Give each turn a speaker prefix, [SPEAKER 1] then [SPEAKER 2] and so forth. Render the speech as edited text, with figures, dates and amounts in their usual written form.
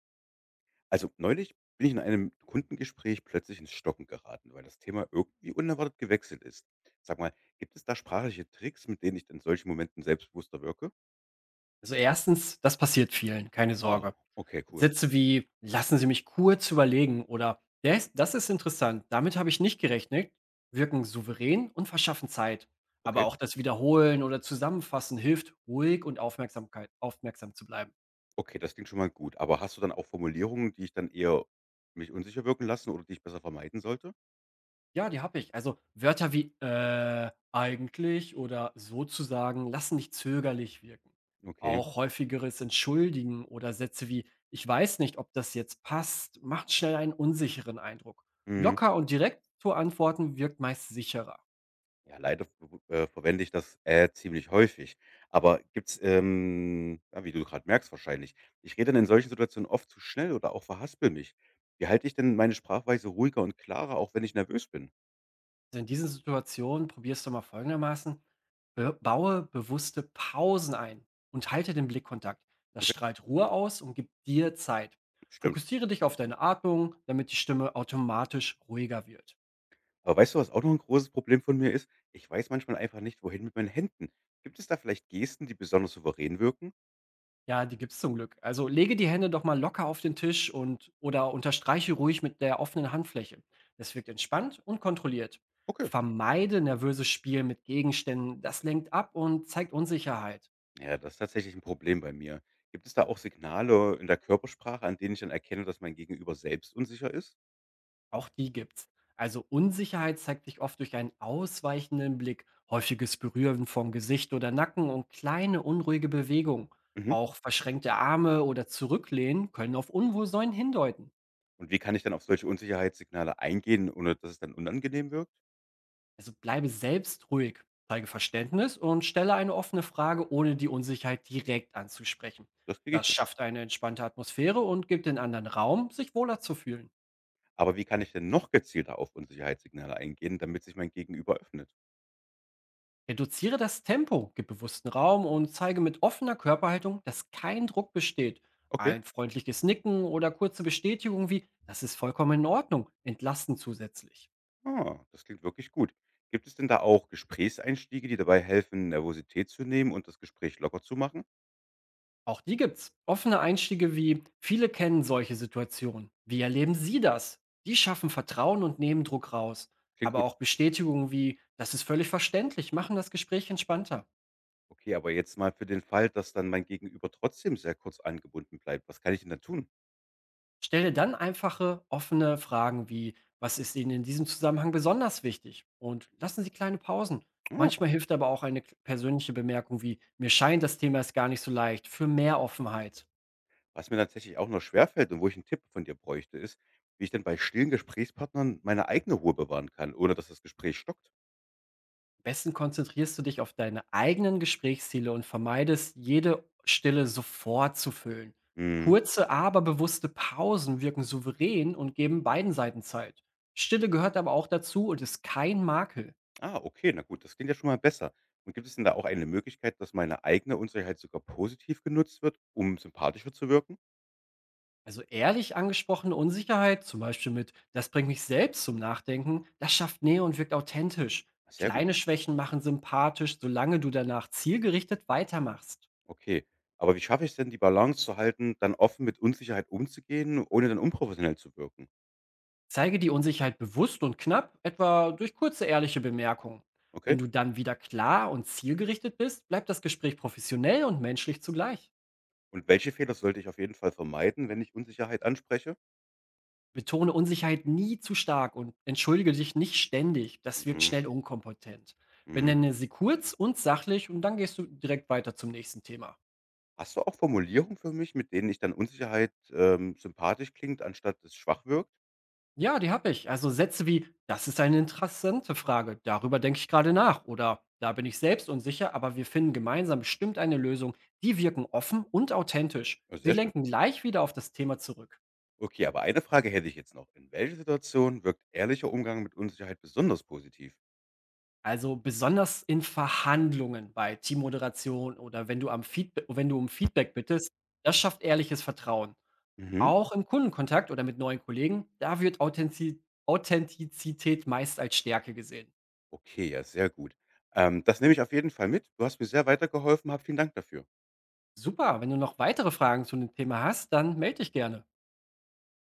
[SPEAKER 1] Also neulich bin ich in einem Kundengespräch plötzlich ins Stocken geraten, weil das Thema irgendwie unerwartet gewechselt ist. Sag mal, gibt es da sprachliche Tricks, mit denen ich in solchen Momenten selbstbewusster wirke?
[SPEAKER 2] Also, erstens, das passiert vielen, keine
[SPEAKER 1] Ah,
[SPEAKER 2] Sorge.
[SPEAKER 1] okay, cool.
[SPEAKER 2] Sätze wie „Lassen Sie mich kurz überlegen" oder „Der ist das ist interessant, damit habe ich nicht gerechnet", wirken souverän und verschaffen Zeit. Aber
[SPEAKER 1] Okay,
[SPEAKER 2] auch das Wiederholen oder Zusammenfassen hilft, ruhig und aufmerksam zu bleiben.
[SPEAKER 1] okay, das klingt schon mal gut. Aber hast du dann auch Formulierungen, die ich dann eher mich unsicher wirken lassen oder die ich besser vermeiden sollte?
[SPEAKER 2] Ja, die habe ich. Also Wörter wie eigentlich oder sozusagen lassen nicht zögerlich wirken.
[SPEAKER 1] Okay.
[SPEAKER 2] Auch häufigeres Entschuldigen oder Sätze wie ich weiß nicht, ob das jetzt passt, macht schnell einen unsicheren Eindruck. Locker und direkt zu antworten wirkt meist sicherer.
[SPEAKER 1] Ja, leider v verwende ich das ziemlich häufig. Aber gibt's, wie du gerade merkst wahrscheinlich, ich rede dann in solchen Situationen oft zu schnell oder auch verhaspel mich. Wie halte ich denn meine Sprachweise ruhiger und klarer, auch wenn ich nervös bin?
[SPEAKER 2] Also in diesen Situationen probierst du mal folgendermaßen. Be baue bewusste Pausen ein und halte den Blickkontakt. Das
[SPEAKER 1] Okay,
[SPEAKER 2] strahlt Ruhe aus und gibt dir Zeit.
[SPEAKER 1] stimmt.
[SPEAKER 2] Fokussiere dich auf deine Atmung, damit die Stimme automatisch ruhiger wird.
[SPEAKER 1] Aber weißt du, was auch noch ein großes Problem von mir ist? Ich weiß manchmal einfach nicht, wohin mit meinen Händen. Gibt es da vielleicht Gesten, die besonders souverän wirken?
[SPEAKER 2] Ja, die gibt's zum Glück. Also lege die Hände doch mal locker auf den Tisch und oder unterstreiche ruhig mit der offenen Handfläche. Das wirkt entspannt und kontrolliert.
[SPEAKER 1] Okay.
[SPEAKER 2] Vermeide nervöses Spiel mit Gegenständen. Das lenkt ab und zeigt Unsicherheit.
[SPEAKER 1] Ja, das ist tatsächlich ein Problem bei mir. Gibt es da auch Signale in der Körpersprache, an denen ich dann erkenne, dass mein Gegenüber selbst unsicher ist?
[SPEAKER 2] Auch die gibt's. Also Unsicherheit zeigt sich oft durch einen ausweichenden Blick, häufiges Berühren von Gesicht oder Nacken und kleine unruhige Bewegungen.
[SPEAKER 1] Mhm.
[SPEAKER 2] Auch verschränkte Arme oder Zurücklehnen können auf Unwohlsein hindeuten.
[SPEAKER 1] Und wie kann ich dann auf solche Unsicherheitssignale eingehen, ohne dass es dann unangenehm wirkt?
[SPEAKER 2] Also bleibe selbst ruhig, zeige Verständnis und stelle eine offene Frage, ohne die Unsicherheit direkt anzusprechen.
[SPEAKER 1] Das kriege ich
[SPEAKER 2] Das
[SPEAKER 1] hin.
[SPEAKER 2] schafft eine entspannte Atmosphäre und gibt den anderen Raum, sich wohler zu fühlen.
[SPEAKER 1] Aber wie kann ich denn noch gezielter auf Unsicherheitssignale eingehen, damit sich mein Gegenüber öffnet?
[SPEAKER 2] Reduziere das Tempo, gib bewussten Raum und zeige mit offener Körperhaltung, dass kein Druck besteht.
[SPEAKER 1] Okay,
[SPEAKER 2] Ein freundliches Nicken oder kurze Bestätigung wie das ist vollkommen in Ordnung entlasten zusätzlich.
[SPEAKER 1] ah, das klingt wirklich gut. Gibt es denn da auch Gesprächseinstiege, die dabei helfen, Nervosität zu nehmen und das Gespräch locker zu machen?
[SPEAKER 2] Auch die gibt's. Offene Einstiege wie viele kennen solche Situationen. Wie erleben Sie das? Die schaffen Vertrauen und nehmen Druck raus.
[SPEAKER 1] Klingt
[SPEAKER 2] Aber
[SPEAKER 1] gut.
[SPEAKER 2] auch Bestätigungen wie das ist völlig verständlich machen das Gespräch entspannter.
[SPEAKER 1] Okay, aber jetzt mal für den Fall, dass dann mein Gegenüber trotzdem sehr kurz angebunden bleibt. Was kann ich denn da tun?
[SPEAKER 2] Stelle dann einfache, offene Fragen wie, was ist Ihnen in diesem Zusammenhang besonders wichtig? Und lassen Sie kleine Pausen.
[SPEAKER 1] Ah.
[SPEAKER 2] Manchmal hilft aber auch eine persönliche Bemerkung wie, mir scheint das Thema ist gar nicht so leicht, für mehr Offenheit.
[SPEAKER 1] Was mir tatsächlich auch noch schwerfällt und wo ich einen Tipp von dir bräuchte, ist, wie ich denn bei stillen Gesprächspartnern meine eigene Ruhe bewahren kann, ohne dass das Gespräch stockt.
[SPEAKER 2] Am besten konzentrierst du dich auf deine eigenen Gesprächsziele und vermeidest, jede Stille sofort zu füllen.
[SPEAKER 1] Mhm.
[SPEAKER 2] Kurze, aber bewusste Pausen wirken souverän und geben beiden Seiten Zeit. Stille gehört aber auch dazu und ist kein Makel.
[SPEAKER 1] Ah, okay, na gut, das klingt ja schon mal besser. Und gibt es denn da auch eine Möglichkeit, dass meine eigene Unsicherheit sogar positiv genutzt wird, um sympathischer zu wirken?
[SPEAKER 2] Also ehrlich angesprochene Unsicherheit, zum Beispiel mit, das bringt mich selbst zum Nachdenken, das schafft Nähe und wirkt authentisch.
[SPEAKER 1] Ah, sehr gut,
[SPEAKER 2] Kleine Schwächen machen sympathisch, solange du danach zielgerichtet weitermachst.
[SPEAKER 1] okay. Aber wie schaffe ich es denn, die Balance zu halten, dann offen mit Unsicherheit umzugehen, ohne dann unprofessionell zu wirken?
[SPEAKER 2] Zeige die Unsicherheit bewusst und knapp, etwa durch kurze ehrliche Bemerkungen. Wenn
[SPEAKER 1] Okay.
[SPEAKER 2] du dann wieder klar und zielgerichtet bist, bleibt das Gespräch professionell und menschlich zugleich.
[SPEAKER 1] Und welche Fehler sollte ich auf jeden Fall vermeiden, wenn ich Unsicherheit anspreche?
[SPEAKER 2] Betone Unsicherheit nie zu stark und entschuldige dich nicht ständig. Das wirkt
[SPEAKER 1] Mhm,
[SPEAKER 2] schnell unkompetent.
[SPEAKER 1] mhm.
[SPEAKER 2] Benenne sie kurz und sachlich und dann gehst du direkt weiter zum nächsten Thema.
[SPEAKER 1] Hast du auch Formulierungen für mich, mit denen ich dann Unsicherheit sympathisch klingt, anstatt es schwach wirkt?
[SPEAKER 2] Ja, die habe ich. Also Sätze wie, das ist eine interessante Frage, darüber denke ich gerade nach oder da bin ich selbst unsicher, aber wir finden gemeinsam bestimmt eine Lösung. Die wirken offen und authentisch.
[SPEAKER 1] Ja,
[SPEAKER 2] Sie
[SPEAKER 1] sehr schön.
[SPEAKER 2] lenken gleich wieder auf das Thema zurück.
[SPEAKER 1] Okay, aber eine Frage hätte ich jetzt noch. In welcher Situation wirkt ehrlicher Umgang mit Unsicherheit besonders positiv?
[SPEAKER 2] Also, besonders in Verhandlungen bei Teammoderation oder wenn du um Feedback bittest, das schafft ehrliches Vertrauen.
[SPEAKER 1] Mhm.
[SPEAKER 2] Auch im Kundenkontakt oder mit neuen Kollegen, da wird Authentizität meist als Stärke gesehen.
[SPEAKER 1] Okay, ja, sehr gut. Das nehme ich auf jeden Fall mit. Du hast mir sehr weitergeholfen. Hab vielen Dank dafür.
[SPEAKER 2] Super, wenn du noch weitere Fragen zu dem Thema hast, dann melde dich gerne.